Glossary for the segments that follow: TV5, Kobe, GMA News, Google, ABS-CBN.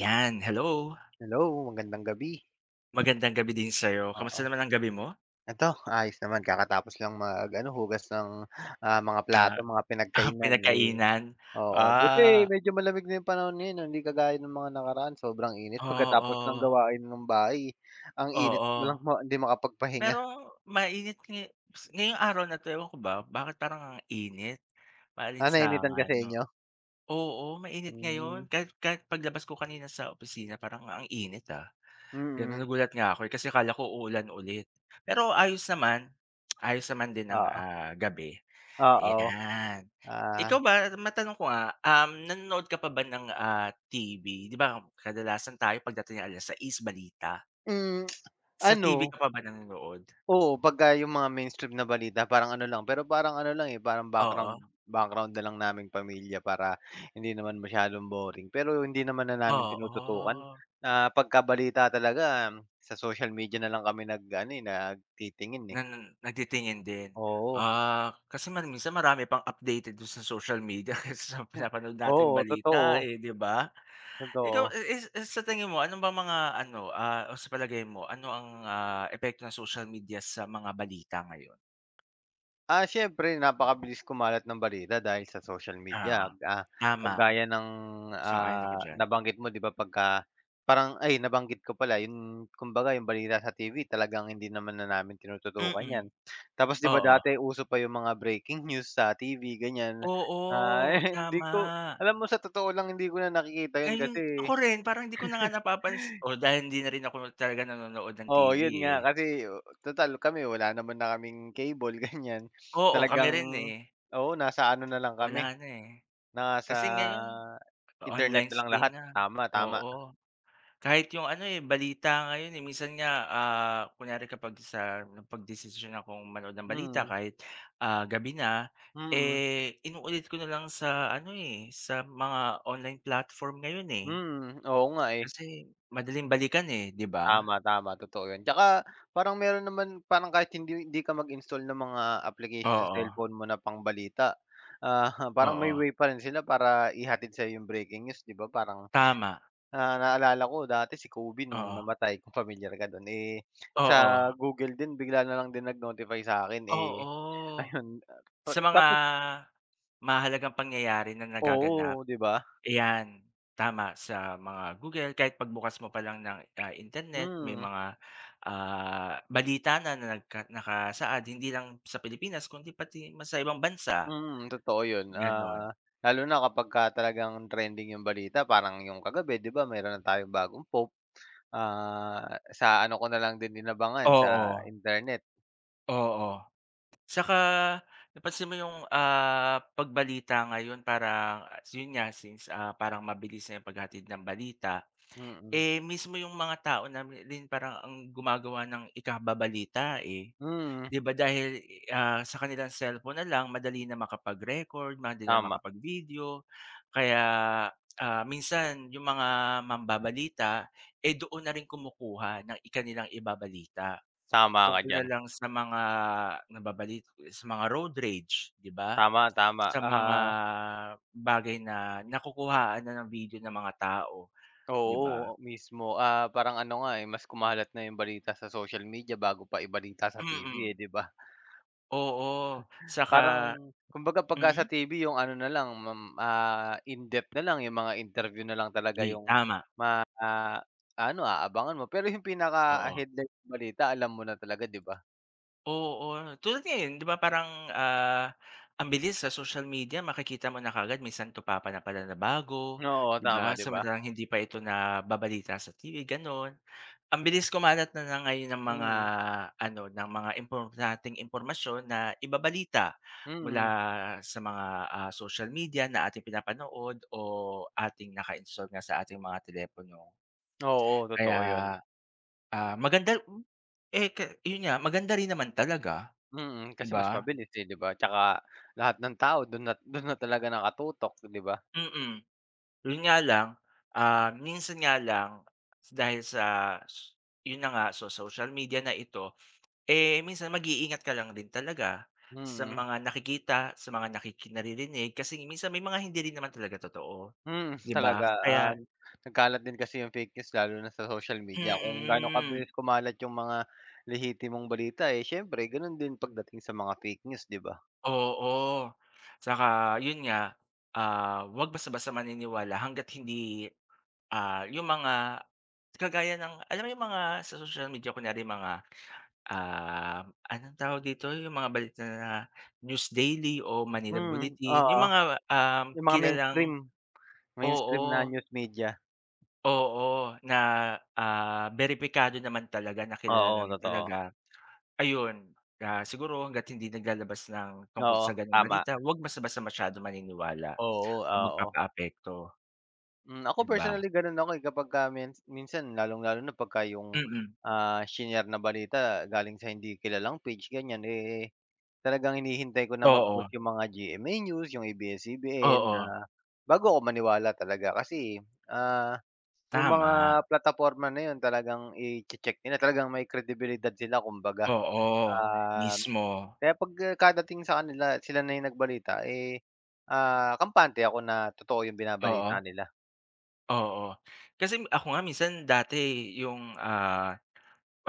Yan, hello. Hello, magandang gabi. Magandang gabi din sa'yo. Kamusta Oo, naman ang gabi mo? eto ayos naman kakatapos lang mag-ano, hugas ng, mga Ah, plato, mga pinagkainan, eh, pinagkainan? oo, buti Ah, medyo malamig na yung panahon ngayon 'no, hindi kagaya ng mga nakaraan sobrang init pagkatapos ng oo, gawain ng bahay, ang init oo. walang hindi makapagpahinga. Pero mainit ngayong araw na 'to, ewan ko ba, bakit parang ang init, Ah, nainitan ka maalinsangan, sa no? inyo? Oo, mainit Hmm, ngayon mm, kahit kahit paglabas ko kanina sa opisina parang ang init, gano'n. mm-mm. Nagulat nga ako, eh, kasi akala ko uulan ulit. Pero ayos naman din ang, Oo, gabi. oo, Ayan. ah, Ikaw ba, matanong ko nga, nanonood ka pa ba ng, TV? 'Di ba kadalasan tayo pagdating ng 6:00 balita. hmm, Sa TV ano. ka pa ba nanonood? Oo, pagka yung mga mainstream na balita parang ano lang, pero parang ano lang, eh, parang background Oo, background na lang naming pamilya para hindi naman masyadong boring. Pero hindi naman na namin tinututukan oo. na pagkabalita talaga, sa social media na lang kami nag-ano, eh, nagtitingin, eh. Nagtitingin din? Oo, Kasi man minsan marami pang updated dun sa social media kasi sa pinapanood natin oo, balita, totoo, eh, 'di ba? Ikaw, totoo. Sa tingin mo ano ba mga ano, o sa palagay mo, ano ang, epekto ng social media sa mga balita ngayon? Ah, siyempre napakabilis kumalat ng balita dahil sa social media, Ah, tama. kagaya ng, Sang-ayon ako diyan. nabanggit mo 'di ba pagka parang ay, nabanggit ko pala yung kumbaga yung balita sa TV talagang hindi naman na namin tinututukan Mm, 'yan. Tapos 'di ba oo. dati uso pa yung mga breaking news sa TV ganyan, Oo, eh, hindi tama. ko alam, mo sa totoo lang hindi ko na nakikita yun Ngayon ako kasi, rin parang hindi ko na nga o dahil hindi na rin ako talaga nanonood ng oo TV, yun eh. nga kasi total kami wala naman na kaming cable ganyan. Oo, kami Talagang rin, eh. oo nasa ano na lang kami, Wala na, eh. nasa Kasi ngayon internet online na lang stream lahat, na. tama, tama. Oo, kahit yung ano, eh, balita ngayon, eh, minsan nga, kunyari kapag sa napagdesisyon akong manood ng balita Mm, kahit, gabi na, mm, eh, inuulit ko na lang sa ano, eh, sa mga online platform ngayon, eh. mm, oo nga, eh. Kasi madaling balikan, eh, 'di ba? Tama, tama, totoo 'yun. Tsaka parang meron naman parang kahit hindi hindi ka mag-install ng mga application sa Oo, cellphone mo na pangbalita, ah, parang may oo, way pa rin sila para ihatid sa yung breaking news, 'di ba? Parang, tama, naalala ko dati si Kobe nung oo, namatay, kung familiar ka do'n, eh, oo, sa Google din bigla na lang din nag-notify sa akin, eh, oo. ayun, ah, pa Sa mga tapos mahahalagang pangyayari na nagaganap, oo, 'di ba? ayan, tama, sa mga Google, kahit pagbukas mo pa lang ng, internet may Mm. mga, balita na na nakasaad hindi lang sa Pilipinas kundi pati mas sa ibang bansa, Mm, totoo 'yun, gano'n. Lalo na kapag ka talagang trending 'yung balita parang 'yung kagabi, 'di ba mayroon na tayong bagong pope, sa ano ko na lang din inabangan sa Oo, internet, oo. Saka napansin mo yung, pagbalita ngayon parang yun nga since, parang mabilis na yung paghatid ng balita, mm. eh, mismo yung mga tao na din parang ang gumagawa ng ikababalita, eh. Mm, 'Di ba dahil, sa kanilang cellphone na lang madali na makapag-record, madali na tama, makapag-video kaya, minsan yung mga mambabalita, eh, doon na rin kumukuha ng kanilang ibabalita. tama ka Tungkol na diyan, lang sa mga nababali sa mga road rage, 'di ba? tama, tama, Sa mga ah, bagay na nakukuhaan na ng video ng mga tao, 'di ba? oo mismo, parang ano nga, eh, mas kumalat na 'yung balita sa social media bago pa ibalita sa TV, eh, Mm. 'di ba? Oo, saka Parang kumbaga pagka sa mm? TV yung ano na lang in-depth na lang, yung mga interview na lang talaga yung Tama, ma aano, aabangan mo. Pero yung oo. pinaka-headline ng balita alam mo na talaga, 'di ba? Oo, tulad ngayon 'di ba parang, ang bilis sa social media makikita mo na kaagad may santo papa na pala na bago, Oo, 'di ba? tama, 'di ba? Samantalang hindi pa ito nababalita sa TV, gano'n. Ang bilis kumalat na na ngayon ng mga Mm, ano, ng mga importanteng impormasyon na ibabalita mula mm. sa mga, social media na ating pinapanood o ating naka-install nga sa ating mga telepono. Oo, totoo yun. Kaya, maganda eh, yun nga, maganda rin naman talaga, Mm, 'di kasi mas ba? mabilis, eh, 'di ba? Tsaka lahat ng tao dun na talaga nakatutok, 'di ba? Mm. Yun nga lang, minsan nga lang dahil sa yun na nga, sa social media na ito, eh, minsan mag-iingat ka lang din talaga sa Mm. mga nakikita, sa mga naririnig kasi minsan may mga hindi rin naman talaga totoo, Mm, 'di talaga, ba? Kaya nagkalat din kasi yung fake news lalo na sa social media. Kung gaano mm, kabilis kumalat yung mga lehitimong balita, eh, siyempre gano'n din pagdating sa mga fake news, 'di ba? oo. Tsaka yun nga, 'wag basta-basta maniniwala hangga't hindi, yung mga kagaya ng alam mo yung mga sa social media kunyari mga, ah, anong tawag dito, yung mga balita na News Daily o Manila Mm, Bulletin, yung oo, mga, yung mga kilalang. mainstream, mainstream na Oo. news media. Oo, na, beripikado naman talaga na kilala Oo, naman totoo. talaga. Ayun, siguro hangga't hindi naglalabas ng tungkol sa Oo, gano'ng tama. balita, 'wag basta-basta masyadong maniniwala Oo, o oo. magpapaapekto, Hmm, ako 'di ba? personally gano'n ako, eh, kapagka minsan lalong-lalo na pagka yung, Mm. Shinare na balita galing sa hindi kilalang page, ganiyan, eh. Talagang hinihintay ko na Oo, mag-post yung mga GMA News, yung ABS-CBN, oo, ah, bago ako maniwala talaga kasi, ah, yung mga tama. plataporma na yun talagang iche-check nila, talagang may kredibilidad sila kumbaga. Oo, Ah, mismo. kaya pag kadating sa kanila sila na yung nagbalita, eh, kampante ako na totoo yung Oo, binabalita nila. oo. Kasi ako nga minsan dati yung, ah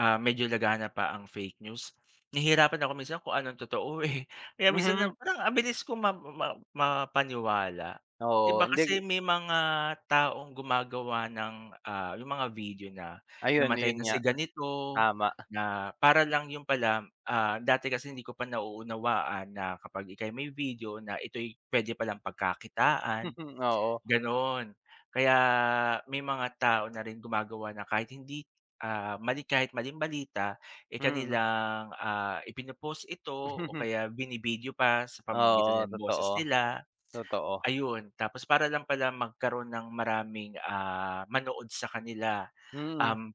Ah, medyo lagana pa ang fake news. Nahihirapan ako minsan kung anong totoo, eh. Kaya minsan na Mhm, parang ang bilis kong ma ma mapaniwala. 'Di oo, ba hindi kasi may mga taong gumagawa ng, yung mga video na ayun, namatay yun na nga, si ganito, tama. na para lang yung pala, dati kasi hindi ko pa nauunawaan na kapag ika'y may video na ito'y pwede palang pagkakitaan. Oo, Gano'n. Kaya may mga tao na rin gumagawa na kahit hindi, mali kahit maling balita, eh, mm. kanilang, ah, ipino ito o kaya binibideo pa sa pamamagitan Oo, ng boses totoo, nila, totoo. ayun. Tapos para lang pala magkaroon ng maraming, manood sa kanila, Mm, um,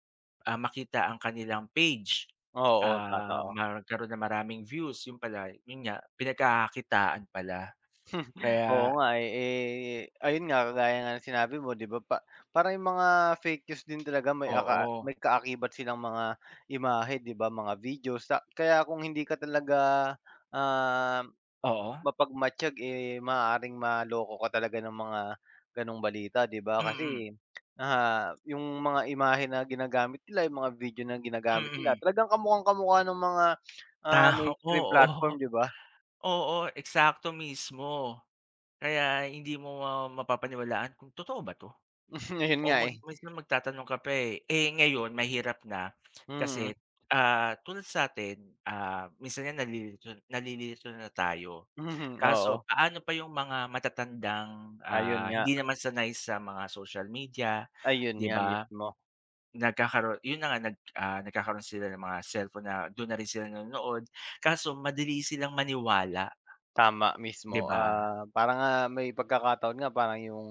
makita ang kanilang page, oo, totoo. magkaroon ng maraming views. Yun pala, yun nga, pinagkakakitaan pala. Oo Kaya nga, eh. Eh, ayun nga, kagaya nga ng sinabi mo, 'di ba, parang yung mga fake news din talaga may oo. may kaakibat silang mga imahe, 'di ba, mga videos. Sa kaya kung hindi ka talaga, ah, Oo? mapagmatyag, eh, maaaring maloko ka talaga ng mga gano'ng balita, 'di ba? Mm, mm. Kasi, yung mga imahe na ginagamit nila, yung mga video na Mm, ginagamit nila, mm. talagang kamukhang-kamukha ng mga, Ta mainstream Oo, platform, 'di ba? oo, eksakto mismo. Kaya hindi mo mapapaniwalaan kung totoo ba 'to Ayun o nga, eh. minsan magtatanong ka pa, eh. Eh, ngayon mahirap na Mm. kasi, tulad sa'tin, minsan nga nalilito nalilito na tayo. Mhm, Kaso oo. paano pa yung mga matatandang, Ayun nga, hindi naman sanay sa mga social media, ayun 'di nga ba? mismo, Nagkakaroon yun na nga nagkakaroon sila ng mga cellphone na dun na rin sila nanonood kaso madali silang maniwala. tama 'Di mismo, ba? Parang nga may pagkakataon nga parang yung,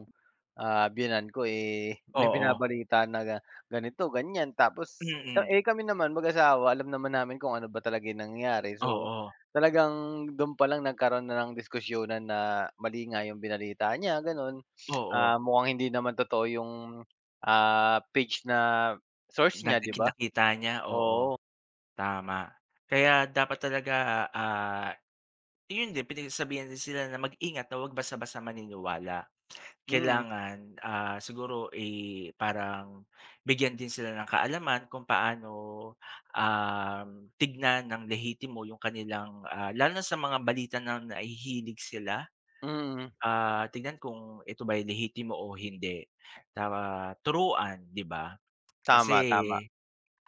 biyenan ko, eh, may Oo, binabalita na ganito, ganyan tapos ka mm, eh, kami naman mag-asawa alam naman namin kung ano ba talaga yung nangyari so, oo, talagang dun palang nagkaroon na ng diskusyonan na mali nga yung binalita niya gano'n. oo, Ah, mukhang hindi naman totoo yung, page na source niya, 'di ba? nakita niya, oo, Oo, tama. Kaya dapat talaga, ah, yun din pinagsasabihan din sila na mag-ingat na huwag basta-basta maniniwala. mm, Kailangan, siguro, eh, parang bigyan din sila ng kaalaman kung paano, tignan ng lehitimo yung kanilang, lalo na sa mga balita na nahihilig sila. mm, Tignan kung ito ba'y lehitimo o hindi. Tara turuan, 'di ba? Kasi, tama, tama.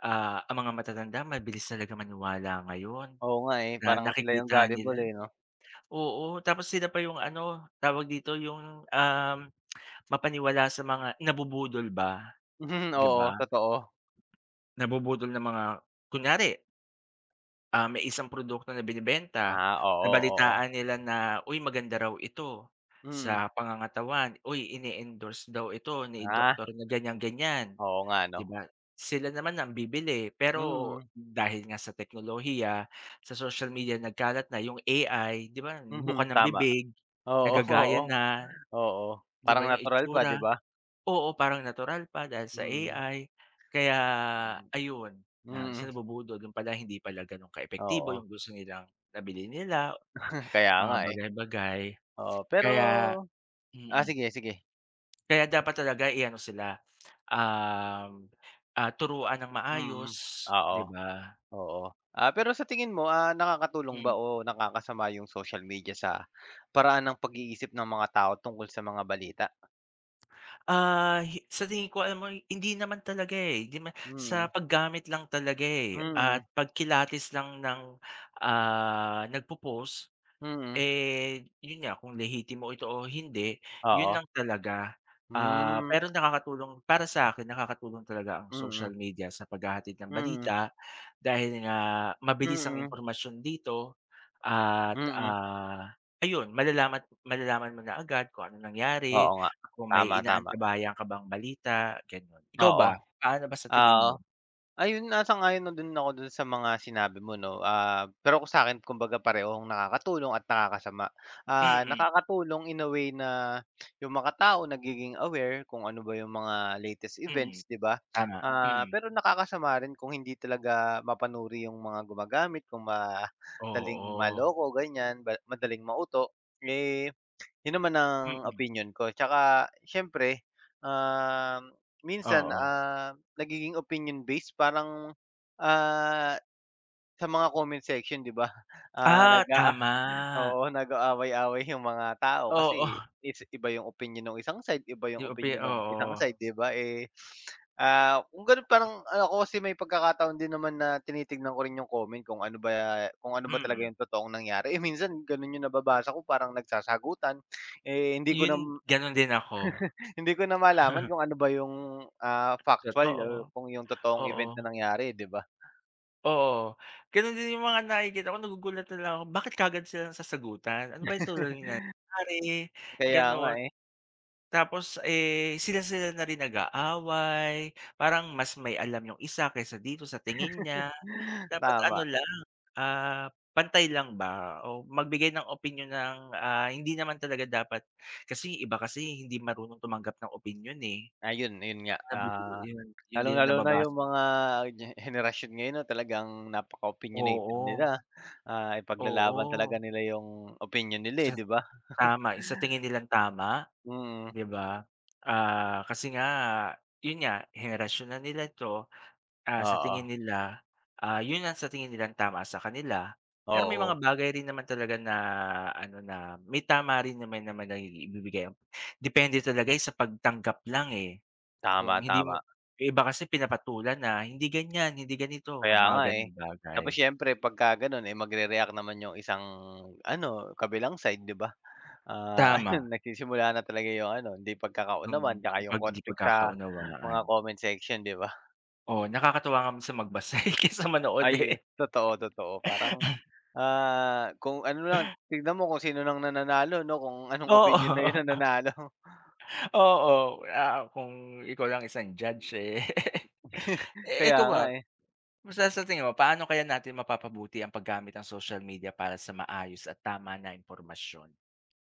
ang mga matatanda mabilis talaga maniwala ngayon Oo nga, eh, na parang sila yung nakikita nila, gullible, eh, 'no? oo, tapos sila pa yung ano, tawag dito, yung, mapaniwala sa mga nabubudol ba, Mhm, 'di oo, ba? totoo. Nabubudol ng mga kunyari may isang produkto na binebenta, Ah, oo, oo. nabalitaan nila na, "Uy, maganda raw ito Mm. sa pangangatawan. Uy, ini-endorse daw ito ni Ah, doktor na ganyan-ganyan." oo nga 'no? 'Di ba? Sila naman ang bibili, pero Mm, dahil nga sa teknolohiya, sa social media nagkalat na yung AI, 'di ba, mhm, buka ng tama. bibig, Oo, oo, nagagaya na, oo. 'di ba, Parang yung natural pa, itsura. 'di ba? Oo, parang natural pa dahil sa Mm, AI. Kaya hmm, ayun, na sa mm, nabubudol yun pala hindi pala gano'n kaepektibo oo. yung gusto nilang nabili nila, Kaya mga nga, eh. bagay-bagay. Oo, pero Kaya ah, mm. sige, sige. Kaya dapat talaga i-ano sila, um, turuan ng maayos, Mm, oo, 'di ba? oo. Ah, pero sa tingin mo, nakakatulong ba Mm. o nakakasama yung social media sa paraan ng pag-iisip ng mga tao tungkol sa mga balita? Ah, hi sa tingin ko alam mo hindi naman talaga, eh, hindi sa Mm, paggamit lang talaga, eh, mm. at pagkilatis lang ng, nagpo-post Mm. eh, yun nga kung lehitimo ito o hindi, yun Oo. lang talaga. Hmm, Pero nakakatulong para sa akin nakakatulong talaga ang mm, social media sa paghahatid ng mm, balita dahil nga mabilis ang mm, impormasyon dito mm, at, oo nga. Ayun malalaman malalaman mo na agad kung anong nangyari, Oo nga. kung may Tama, tama. inaantabayan ka bang balita, gano'n. Ikaw Oo, ba, paano ba sa tingin oo. mo? Ayun, ayon na din ako dun sa mga sinabi mo, 'no, ah, pero kung sa'kin kumbaga parehong nakakatulong at nakakasama. Ah, Mm, nakakatulong in a way na yung mga tao nagiging aware kung ano ba yung mga latest mm, events, 'di ba? tama, Ah, mm. pero nakakasama rin kung hindi talaga mapanuri yung mga gumagamit, kung madaling Oo, maloko, ganyan, ba madaling mauto. Eh, yun naman ang mm, opinyon ko tsaka siyempre, um, minsan, oo. Nagiging opinion based parang, ah, sa mga comment section, 'di ba? Ah, Ah, tama. oo, nag-aaway-away yung mga tao Oo, kasi iba yung opinyon nung isang side, iba yung yung opinyon nung isang oo, side, 'di ba? Eh, ah, kung gano'n parang ano, ako kasi may pagkakataon din naman na tinitignan ko rin yung comment kung ano ba talaga mm. yung totoong nangyari. Eh, minsan gano'n yung nababasa ko parang nagsasagutan, eh, hindi ko Yun na ganun din ako. hindi ko na malaman kung ano ba yung, factual o Totoo, kung yung totoong oo, event na nangyari, 'di ba? oo. Ganun din yung mga nakikita ko nagugulat na lang ako, bakit kaagad sila sasagutan? Ano ba yung tunay na nangyari? Kaya nga, Gano'n. eh. Tapos, eh, sila-sila na rin nag-aaway, parang mas may alam yung isa kaysa dito sa tingin niya. Dapat ano Tama. lang, ah, pantay lang ba o magbigay ng opinyon ng, hindi naman talaga dapat kasi iba kasi hindi marunong tumanggap ng opinyon, eh. Ayun, yun nga, Nabibigay ah, yun yun din ang lalong-lalo na yung nababasa, mga henerasyon ngayon na talagang napaka-opinionated oo, nila, ipaglalaban oo. talaga nila yung opinion nila, eh, Sa 'di ba? sa tingin nilang tama, Mm, 'di ba? Kasi nga yun nga henerasyon na nila 'to. Sa tingin oo, nila, yun ang sa tingin nilang tama sa kanila. Pero may oo, mga bagay rin naman talaga na ano na may tama rin naman naman na ibibigay ang depende talaga eh, sa pagtanggap lang, eh. Kung tama, hindi mo tama. yung iba kasi pinapatulan na hindi ganyan, hindi ganito, Kaya nga, mga eh. gano'ng bagay. Tapos siyempre pagka gano'n, eh, magre-react naman yung isang ano, kabilang side, 'di ba? Ah, Tama, ayun nagsisimula na talaga yung ano, hindi pagkakaunawan yung tsaka yung hindi conflict sa mga pagkakaunawaan. comment section, 'di ba? Oo, nakakatuwa nga minsan magbasa, eh, kaysa manood, Ay, eh. totoo, totoo. Parang, ah, kung ano lang, tignan mo kung sino nang nananalo, 'no, kung anong opinyon na 'yun Oo, ang nanalo. oo, kung ikaw lang isang judge, eh. Eh, Kaya ikaw ba, nga, eh. kumusta sa tingin mo, paano kaya natin mapapabuti ang paggamit ng social media para sa maayos at tama na impormasyon?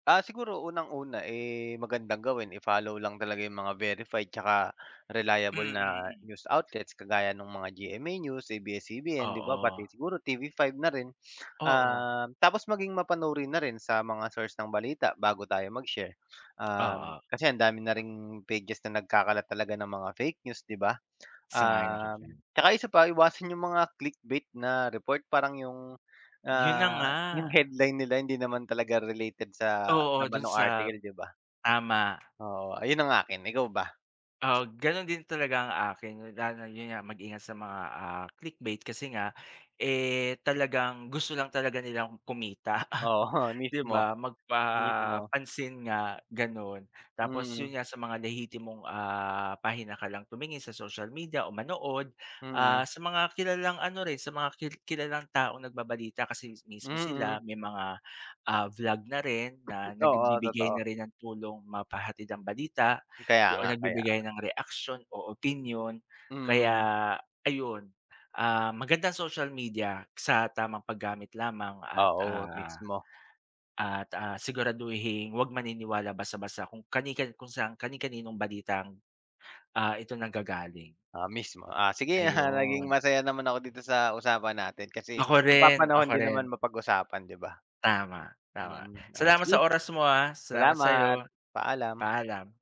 Ah, siguro unang-una, eh, magandang gawin i-follow lang talaga 'yung mga verified tsaka reliable na Mm. news outlets kagaya nung mga GMA News, ABS-CBN, 'di ba, Oo, pati siguro TV5 na rin. oo, Um, tapos maging mapanuri na rin sa mga source ng balita bago tayo mag-share. Um, oo, kasi ang dami na ring pages na nagkakalat talaga ng mga fake news, 'di ba? sang ako diyan. Um, tsaka isa pa iwasan yung mga clickbait na report parang yung, Yun na nga, yung headline nila hindi naman talaga related sa oo, laman dun nung sa article, 'di ba? tama. Oo, ayun ang akin, ikaw ba? Oo, ganun din talaga ang akin lalo na yun nga mag-ingat sa mga, clickbait kasi nga, eh, talagang gusto lang talaga nilang kumita. Oo, 'Di mismo, ba, mismo. magpapansin nga gano'n. Tapos Mm, 'yun nga sa mga nahihitimong, pahina ka lang tumingin sa social media o manood, mm, sa mga kilalang ano rin, sa mga kilalang taong nagbabalita kasi mismo mm. sila may mga, vlog na rin na Oo, nagbibigay totoo. na rin ng tulong mapahatid ang balita Kaya o nga, kaya nagbibigay ng reaksyon o opinyon. Kaya mm. ayun, maganda ang social media sa tamang paggamit lamang at, Oo, mismo, siguraduhin 'wag maniniwala basta-basta kung kung saan kani-kaninong balitang, ito nanggagaling, mismo. Ah, sige, ah, naging ayun. masaya naman ako dito sa usapan natin kasi Ako rin, ako napapanahon din rin. naman mapag-usapan, 'di ba? Tama, tama. Mm, ah, Salamat sige sa oras mo, ah. Salamat salamat, sa'yo. paalam. Paalam.